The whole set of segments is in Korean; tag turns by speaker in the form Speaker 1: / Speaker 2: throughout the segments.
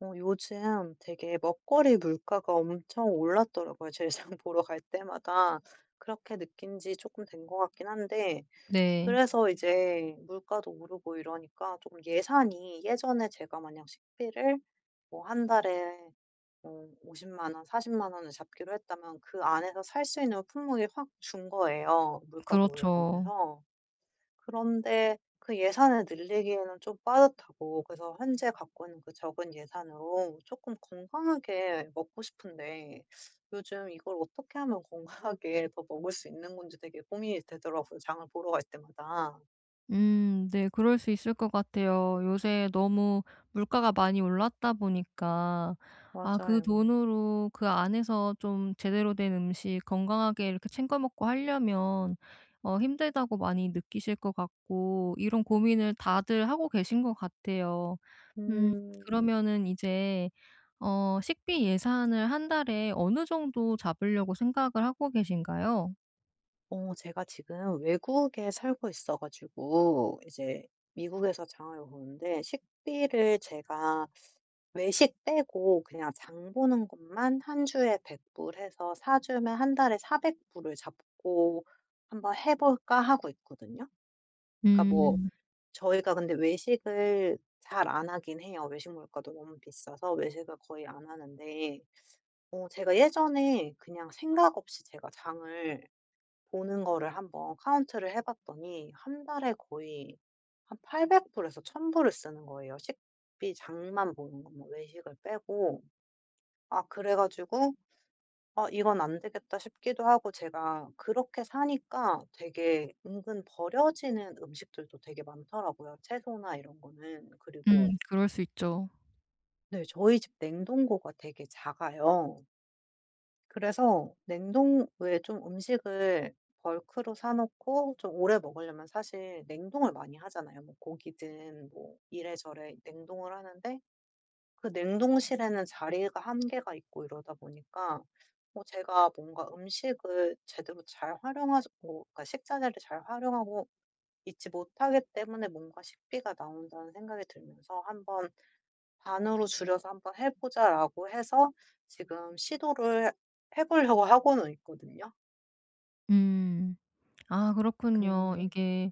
Speaker 1: 요즘 되게 먹거리 물가가 엄청 올랐더라고요. 재상 보러 갈 때마다. 그렇게 느낀 지 조금 된 것 같긴 한데,
Speaker 2: 네.
Speaker 1: 그래서 이제 물가도 오르고 이러니까 조금 예산이 예전에 제가 만약 식비를 뭐 한 달에 50만 원, 40만 원을 잡기로 했다면 그 안에서 살 수 있는 품목이 확 준 거예요. 물가가
Speaker 2: 그렇죠.
Speaker 1: 올라가면서. 그런데 그 예산을 늘리기에는 좀 빠듯하고 그래서 현재 갖고 있는 그 적은 예산으로 조금 건강하게 먹고 싶은데 요즘 이걸 어떻게 하면 건강하게 더 먹을 수 있는 건지 되게 고민이 되더라고요, 장을 보러 갈 때마다.
Speaker 2: 네. 그럴 수 있을 것 같아요. 요새 너무 물가가 많이 올랐다 보니까 아 그
Speaker 1: 맞아요.
Speaker 2: 돈으로 그 안에서 좀 제대로 된 음식 건강하게 이렇게 챙겨 먹고 하려면 힘들다고 많이 느끼실 것 같고, 이런 고민을 다들 하고 계신 것 같아요. 음
Speaker 1: 음.
Speaker 2: 그러면은 이제 식비 예산을 한 달에 어느 정도 잡으려고 생각을 하고 계신가요?
Speaker 1: 제가 지금 외국에 살고 있어 가지고 이제 미국에서 장을 보는데 식비를 제가 외식 빼고 그냥 장 보는 것만 한 주에 100불 해서 사 주면 한 달에 400 불을 잡고 한번 해 볼까 하고 있거든요. 그러니까 뭐
Speaker 2: 음.
Speaker 1: 저희가 근데 외식을 잘 안 하긴 해요. 외식 물가도 너무 비싸서 외식을 거의 안 하는데 제가 예전에 그냥 생각 없이 제가 장을 보는 거를 한번 카운트를 해 봤더니 한 달에 거의 한 800 불에서 1,000 불을 쓰는 거예요. 식비 장만 보는 것만 외식을 빼고. 아 그래 가지고 이건 안 되겠다.' 싶기도 하고 제가 그렇게 사니까 되게 은근 버려지는 음식들도 되게 많더라고요, 채소나 이런 거는. 그리고
Speaker 2: 그럴 수 있죠.
Speaker 1: 네 저희 집 냉동고가 되게 작아요. 그래서 냉동 왜 좀 음식을 벌크로 사 놓고 좀 오래 먹으려면 사실 냉동을 많이 하잖아요. 뭐 고기든 뭐 이래저래 냉동을 하는데 그 냉동실에는 자리가 한계가 있고 이러다 보니까 뭐 제가 뭔가 음식을 제대로 잘 활용하고 그러니까 식자재를 잘 활용하고 있지 못하기 때문에 뭔가 식비가 나온다는 생각이 들면서 '한 번 반으로 줄여서 한번 해 보자.'라고 해서 지금 시도를 해 보려고 하고는 있거든요.
Speaker 2: 음. 아 그렇군요.
Speaker 1: 근데
Speaker 2: 이게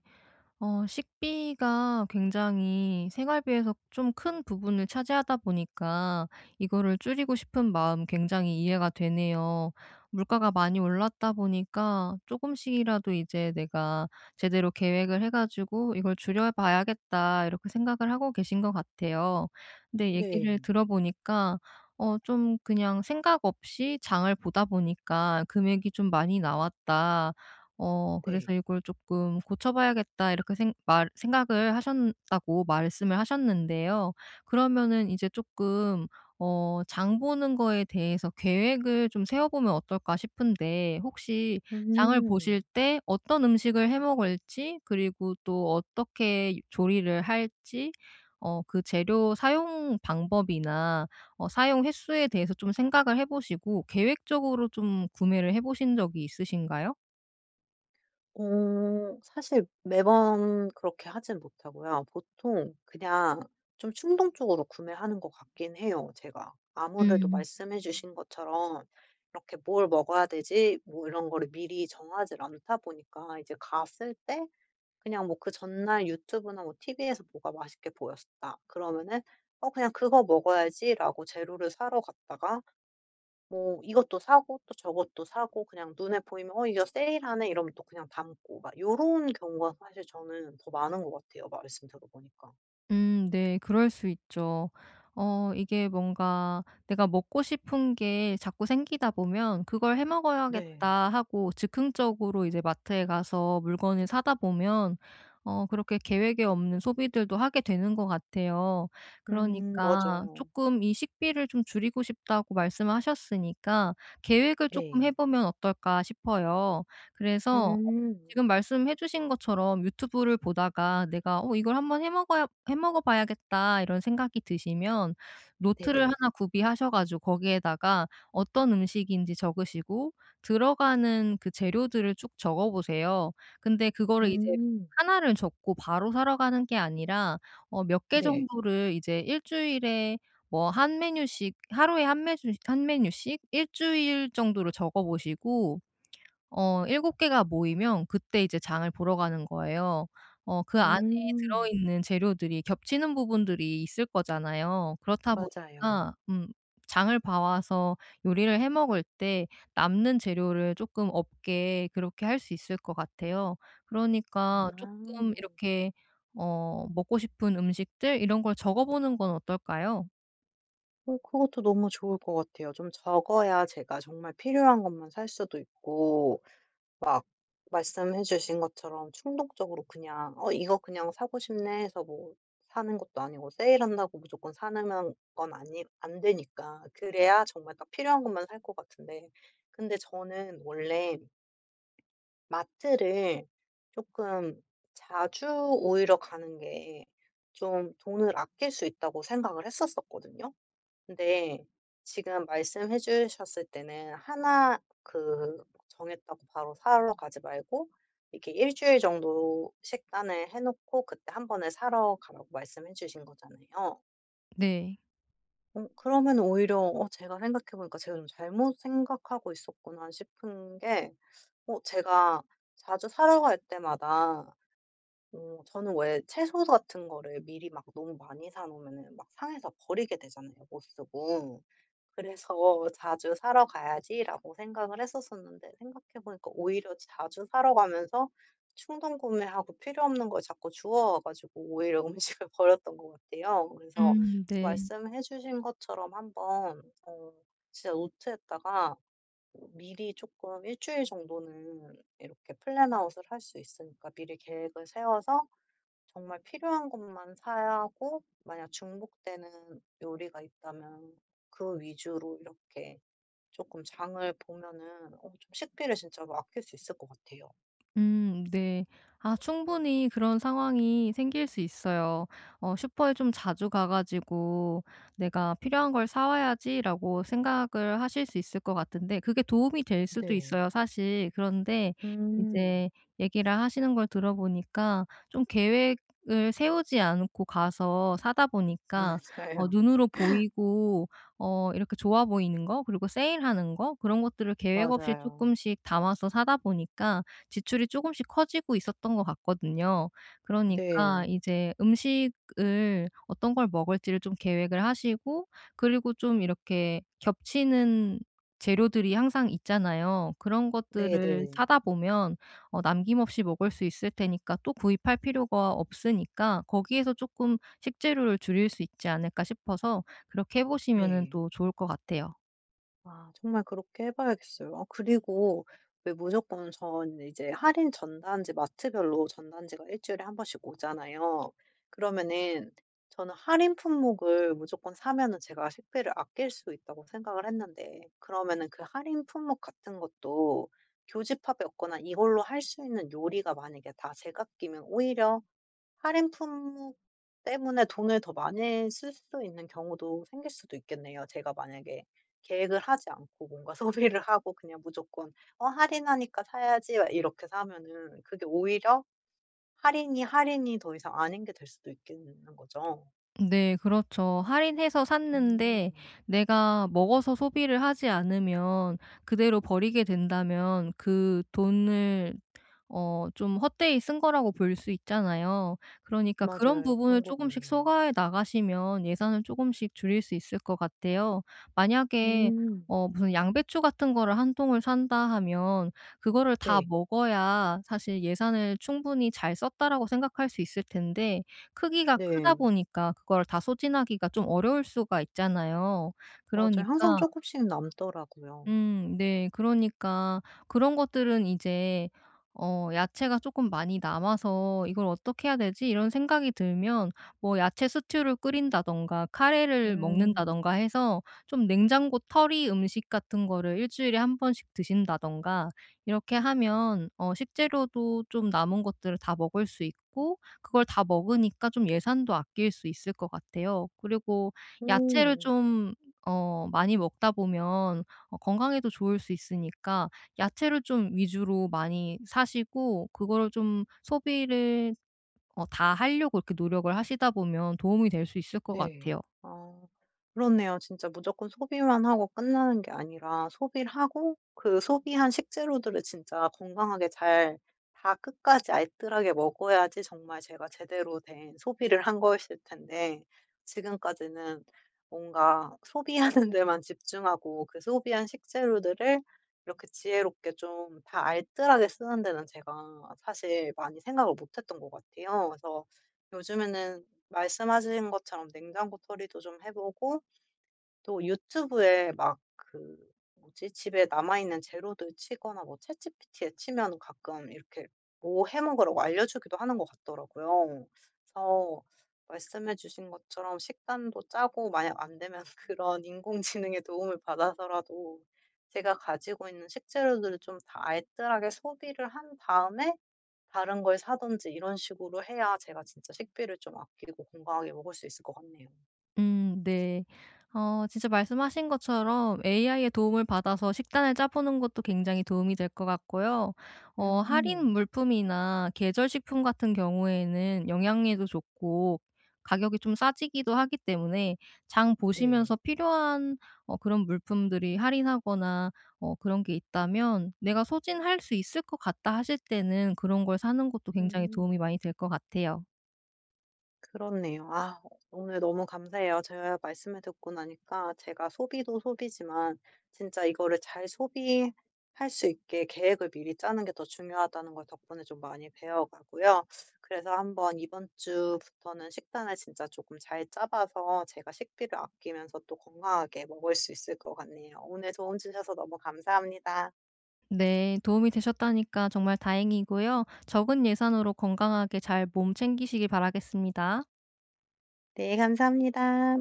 Speaker 2: 식비가 굉장히 생활비에서 좀 큰 부분을 차지하다 보니까 이거를 줄이고 싶은 마음 굉장히 이해가 되네요. 물가가 많이 올랐다 보니까 조금씩이라도 이제 '내가 제대로 계획을 해 가지고 이걸 줄여 봐야겠다.' 이렇게 생각을 하고 계신 것 같아요. 근데
Speaker 1: 네.
Speaker 2: 얘기를 들어 보니까 좀 그냥 생각 없이 장을 보다 보니까 '금액이 좀 많이 나왔다.' 그래서
Speaker 1: 네.
Speaker 2: 이걸 조금 '고쳐 봐야겠다.' 이렇게 생 말 생각을 하셨다고 말씀을 하셨는데요. 그러면은 이제 조금 장 보는 거에 대해서 계획을 좀 세워 보면 어떨까 싶은데, 혹시 장을
Speaker 1: 음.
Speaker 2: 보실 때 어떤 음식을 해 먹을지 그리고 또 어떻게 조리를 할지, 그 재료 사용 방법이나 사용 횟수에 대해서 좀 생각을 해 보시고 계획적으로 좀 구매를 해 보신 적이 있으신가요?
Speaker 1: 사실 매번 그렇게 하진 못하고요. 보통 그냥 좀 충동적으로 구매하는 것 같긴 해요, 제가. 아무래도
Speaker 2: 음.
Speaker 1: 말씀해 주신 것처럼 이렇게 '뭘 먹어야 되지?' 뭐 이런 거를 미리 정하지 않다 보니까 이제 갔을 때 그냥 뭐 그 전날 유튜브나 뭐 TV에서 뭐가 맛있게 보였다. 그러면은 '어 그냥 그거 먹어야지.'라고 재료를 사러 갔다가 뭐 이것도 사고 또 저것도 사고 그냥 눈에 보이면 '어 이거 세일하네.' 이러면 또 그냥 담고 막 요런 경우가 사실 저는 더 많은 것 같아요, 말씀 들어보니까.
Speaker 2: 네. 그럴 수 있죠. 이게 뭔가 내가 먹고 싶은 게 자꾸 생기다 보면 '그걸 해
Speaker 1: 네.
Speaker 2: 먹어야겠다.' 하고 즉흥적으로 이제 마트에 가서 물건을 사다 보면 그렇게 계획에 없는 소비들도 하게 되는 것 같아요. 그러니까
Speaker 1: 맞아요.
Speaker 2: 조금 이 식비를 좀 줄이고 싶다고 말씀하셨으니까 '계획을 조금 해
Speaker 1: 네.
Speaker 2: 보면 어떨까?' 싶어요. 그래서
Speaker 1: 음.
Speaker 2: 지금 말씀해 주신 것처럼 유튜브를 보다가 내가 '어 이걸 한번 해 먹어 봐야겠다.' 이런 생각이 드시면 노트를
Speaker 1: 네네.
Speaker 2: 하나 구비하셔 가지고 거기에다가 어떤 음식인지 적으시고 들어가는 그 재료들을 쭉 적어 보세요. 근데 그거를 이제
Speaker 1: 음.
Speaker 2: 하나를 적고 바로 사러 가는 게 아니라 몇 개
Speaker 1: 네.
Speaker 2: 정도를 이제 일 주일에 뭐 한 메뉴씩, 하루에 한 메뉴, 한 메뉴씩 일 주일 정도로 적어 보시고 어곱 개가 모이면 그때 이제 장을 보러 가는 거예요. 그 안에
Speaker 1: 음.
Speaker 2: 들어있는 재료들이 겹치는 부분들이 있을 거잖아요. 그렇다
Speaker 1: 맞아요.
Speaker 2: 보니까 장을 봐 와서 요리를 해 먹을 때 남는 재료를 쪼끔 없게 그렇게 할 수 있을 것 같아요. 그러니까
Speaker 1: 아.
Speaker 2: 쪼끔 이렇게 먹고 싶은 음식들 이런 걸 적어 보는 건 어떨까요?
Speaker 1: 그것도 너무 좋을 것 같아요. 좀 적어야 제가 정말 필요한 것만 살 수도 있고 막 말씀해 주신 것처럼 충동적으로 그냥 '어 이거 그냥 사고 싶네.' 해서 뭐 사는 것도 아니고 세일한다고 무조건 사는 건 아니 안 되니까 그래야 정말 딱 필요한 것만 살 것 같은데 근데 저는 원래 마트를 조금 자주 오히려 가는 게 좀 돈을 아낄 수 있다고 생각을 했었었거든요. 근데 지금 말씀해 주셨을 때는 하나 그 정했다고 바로 사러 가지 말고 이렇게 일 주일 정도 식단을 해 놓고 그때 한 번에 사러 가라고 말씀해 주신 거잖아요.
Speaker 2: 네.
Speaker 1: 그러면 오히려 제가 생각해 보니까 '제가 좀 잘못 생각하고 있었구나.' 싶은 게 제가 자주 사러 갈 때마다 저는 왜 채소 같은 거를 미리 막 너무 많이 사놓으면 막 상해서 버리게 되잖아요 못 쓰고. 그래서 '자주 사러 가야지.'라고 생각을 했었었는데 생각해 보니까 오히려 자주 사러 가면서 충동 구매하고 필요 없는 걸 자꾸 주워 와 가지고 오히려 음식을 버렸던 것 같아요. 그래서
Speaker 2: 네.
Speaker 1: 말씀해 주신 것처럼 한번 진짜 노트에다가 미리 쪼끔 일 주일 정도는 이렇게 플랜아웃을 할 수 있으니까 미리 계획을 세워서 정말 필요한 것만 사야 하고 만약 중복되는 요리가 있다면 그 위주로 이렇게 조금 장을 보면은 좀 식비를 진짜로 아낄 수 있을 것 같아요.
Speaker 2: 네. 아 충분히 그런 상황이 생길 수 있어요. 슈퍼에 좀 자주 가 가지고 '내가 필요한 걸 사 와야지.'라고 생각을 하실 수 있을 것 같은데, 그게 도움이 될 수도
Speaker 1: 네.
Speaker 2: 있어요 사실. 그런데
Speaker 1: 음.
Speaker 2: 이제 얘기를 하시는 걸 들어보니까 좀 계획을 세우지 않고 가서 사다 보니까
Speaker 1: 맞아요.
Speaker 2: 눈으로 보이고 이렇게 좋아 보이는 거 그리고 세일하는 거, 그런 것들을 계획 없이 조
Speaker 1: 맞아요.
Speaker 2: 금씩 담아서 사다 보니까 지출이 조금씩 커지고 있었던 것 같거든요. 그러니까
Speaker 1: 네.
Speaker 2: 이제 음식을 어떤 걸 먹을지를 좀 계획을 하시고, 그리고 좀 이렇게 겹치는 재료들이 항상 있잖아요. 그런 것들을
Speaker 1: 네네.
Speaker 2: 사다 보면 남김없이 먹을 수 있을 테니까 또 구입할 필요가 없으니까 거기에서 조금 식재료를 줄일 수 있지 않을까 싶어서 그렇게 해 보시면은
Speaker 1: 네.
Speaker 2: 또 좋을 것 같아요.
Speaker 1: 아 정말 그렇게 해 봐야겠어요. 아 그리고 왜 무조건 전 이제 할인 전단지 마트별로 전단지가 일 주일에 한 번씩 오잖아요. 그러면은 저는 할인 품목을 무조건 사면은 제가 식비를 아낄 수 있다고 생각을 했는데 그러면은 그 할인 품목 같은 것도 교집합이 없거나 이걸로 할 수 있는 요리가 만약에 다 제각기면 오히려 할인 품목 때문에 돈을 더 많이 쓸 수도 있는 경우도 생길 수도 있겠네요. 제가 만약에 계획을 하지 않고 뭔가 소비를 하고 그냥 무조건 '어 할인하니까 사야지.' 막 이렇게 사면은 그게 오히려 할인이 더 이상 아닌 게 될 수도 있겠는 거죠.
Speaker 2: 네, 그렇죠. 할인해서 샀는데
Speaker 1: 음.
Speaker 2: 내가 먹어서 소비를 하지 않으면 그대로 버리게 된다면 그 돈을 좀 헛되이 쓴 거라고 볼 수 있잖아요. 그러니까 그런
Speaker 1: 맞아요.
Speaker 2: 부분을
Speaker 1: 그런
Speaker 2: 조
Speaker 1: 것
Speaker 2: 금씩
Speaker 1: 같네요.
Speaker 2: 소가해 나가시면 예산을 조금씩 줄일 수 있을 것 같아요. 만약에
Speaker 1: 음.
Speaker 2: 무슨 양배추 같은 거를 한 통을 산다 하면 그거를 다
Speaker 1: 네.
Speaker 2: 먹어야 사실 '예산을 충분히 잘 썼다.'라고 생각할 수 있을 텐데 크기가 크다
Speaker 1: 네.
Speaker 2: 보니까 그걸 다 소진하기가 좀 어려울 수가 있잖아요.
Speaker 1: 맞아요. 항상
Speaker 2: 그러니까
Speaker 1: 조금씩 남더라고요.
Speaker 2: 네. 그러니까 그런 것들은 이제 야채가 조금 많이 남아서 '이걸 어떻게 해야 되지?' 이런 생각이 들면 뭐 야채 스튜를 끓인다든가 카레를 먹는다든가
Speaker 1: 음.
Speaker 2: 해서 좀 냉장고 털이 음식 같은 거를 일 주일에 한 번씩 드신다든가 이렇게 하면 식재료도 좀 남은 것들을 다 먹을 수 있고, 그걸 다 먹으니까 좀 예산도 아낄 수 있을 것 같아요. 그리고 야채를
Speaker 1: 오.
Speaker 2: 좀 많이 먹다 보면 건강에도 좋을 수 있으니까 야채를 좀 위주로 많이 사시고 그거를 좀 소비를 다 하려고 이렇게 노력을 하시다 보면 도움이 될 수 있을 것
Speaker 1: 네.
Speaker 2: 같아요.
Speaker 1: 아 그렇네요. 진짜 무조건 소비만 하고 끝나는 게 아니라 소비를 하고 그 소비한 식재료들을 진짜 건강하게 잘 다 끝까지 알뜰하게 먹어야지 정말 제가 제대로 된 소비를 한 거였을 텐데 지금까지는 뭔가 소비하는 데만 집중하고 그 소비한 식재료들을 이렇게 지혜롭게 좀 다 알뜰하게 쓰는 데는 제가 사실 많이 생각을 못 했던 것 같아요. 그래서 요즘에는 말씀하신 것처럼 냉장고 털이도 좀 해 보고 또 유튜브에 막 그 뭐지 집에 남아있는 재료들 치거나 뭐 챗GPT에 치면 가끔 이렇게 뭐 해 먹으라고 알려주기도 하는 것 같더라고요. 그래서 말씀해 주신 것처럼 식단도 짜고 만약 안 되면 그런 인공지능의 도움을 받아서라도 제가 가지고 있는 식재료들을 좀 다 알뜰하게 소비를 한 다음에 다른 걸 사든지 이런 식으로 해야 제가 진짜 식비를 좀 아끼고 건강하게 먹을 수 있을 것 같네요.
Speaker 2: 네. 진짜 말씀하신 것처럼 AI의 도움을 받아서 식단을 짜보는 것도 굉장히 도움이 될 것 같고요. 할인
Speaker 1: 음.
Speaker 2: 물품이나 계절 식품 같은 경우에는 영양에도 좋고 가격이 좀 싸지기도 하기 때문에 장
Speaker 1: 네.
Speaker 2: 보시면서 필요한 그런 물품들이 할인하거나 그런 게 있다면 '내가 소진할 수 있을 것 같다.' 하실 때는 그런 걸 사는 것도 굉장히
Speaker 1: 음.
Speaker 2: 도움이 많이 될 것 같아요.
Speaker 1: 그렇네요. 아 오늘 너무 감사해요. 제가 말씀을 듣고 나니까 제가 소비도 소비지만 진짜 이거를 잘 소비할 수 있게 계획을 미리 짜는 게 더 중요하다는 걸 덕분에 좀 많이 배워가고요. 그래서 한번 이번 주부터는 식단을 진짜 조금 잘 짜봐서 제가 식비를 아끼면서 또 건강하게 먹을 수 있을 것 같네요. 오늘 도움 주셔서 너무 감사합니다.
Speaker 2: 네, 도움이 되셨다니까 정말 다행이고요. 적은 예산으로 건강하게 잘 몸 챙기시길 바라겠습니다.
Speaker 1: 네, 감사합니다.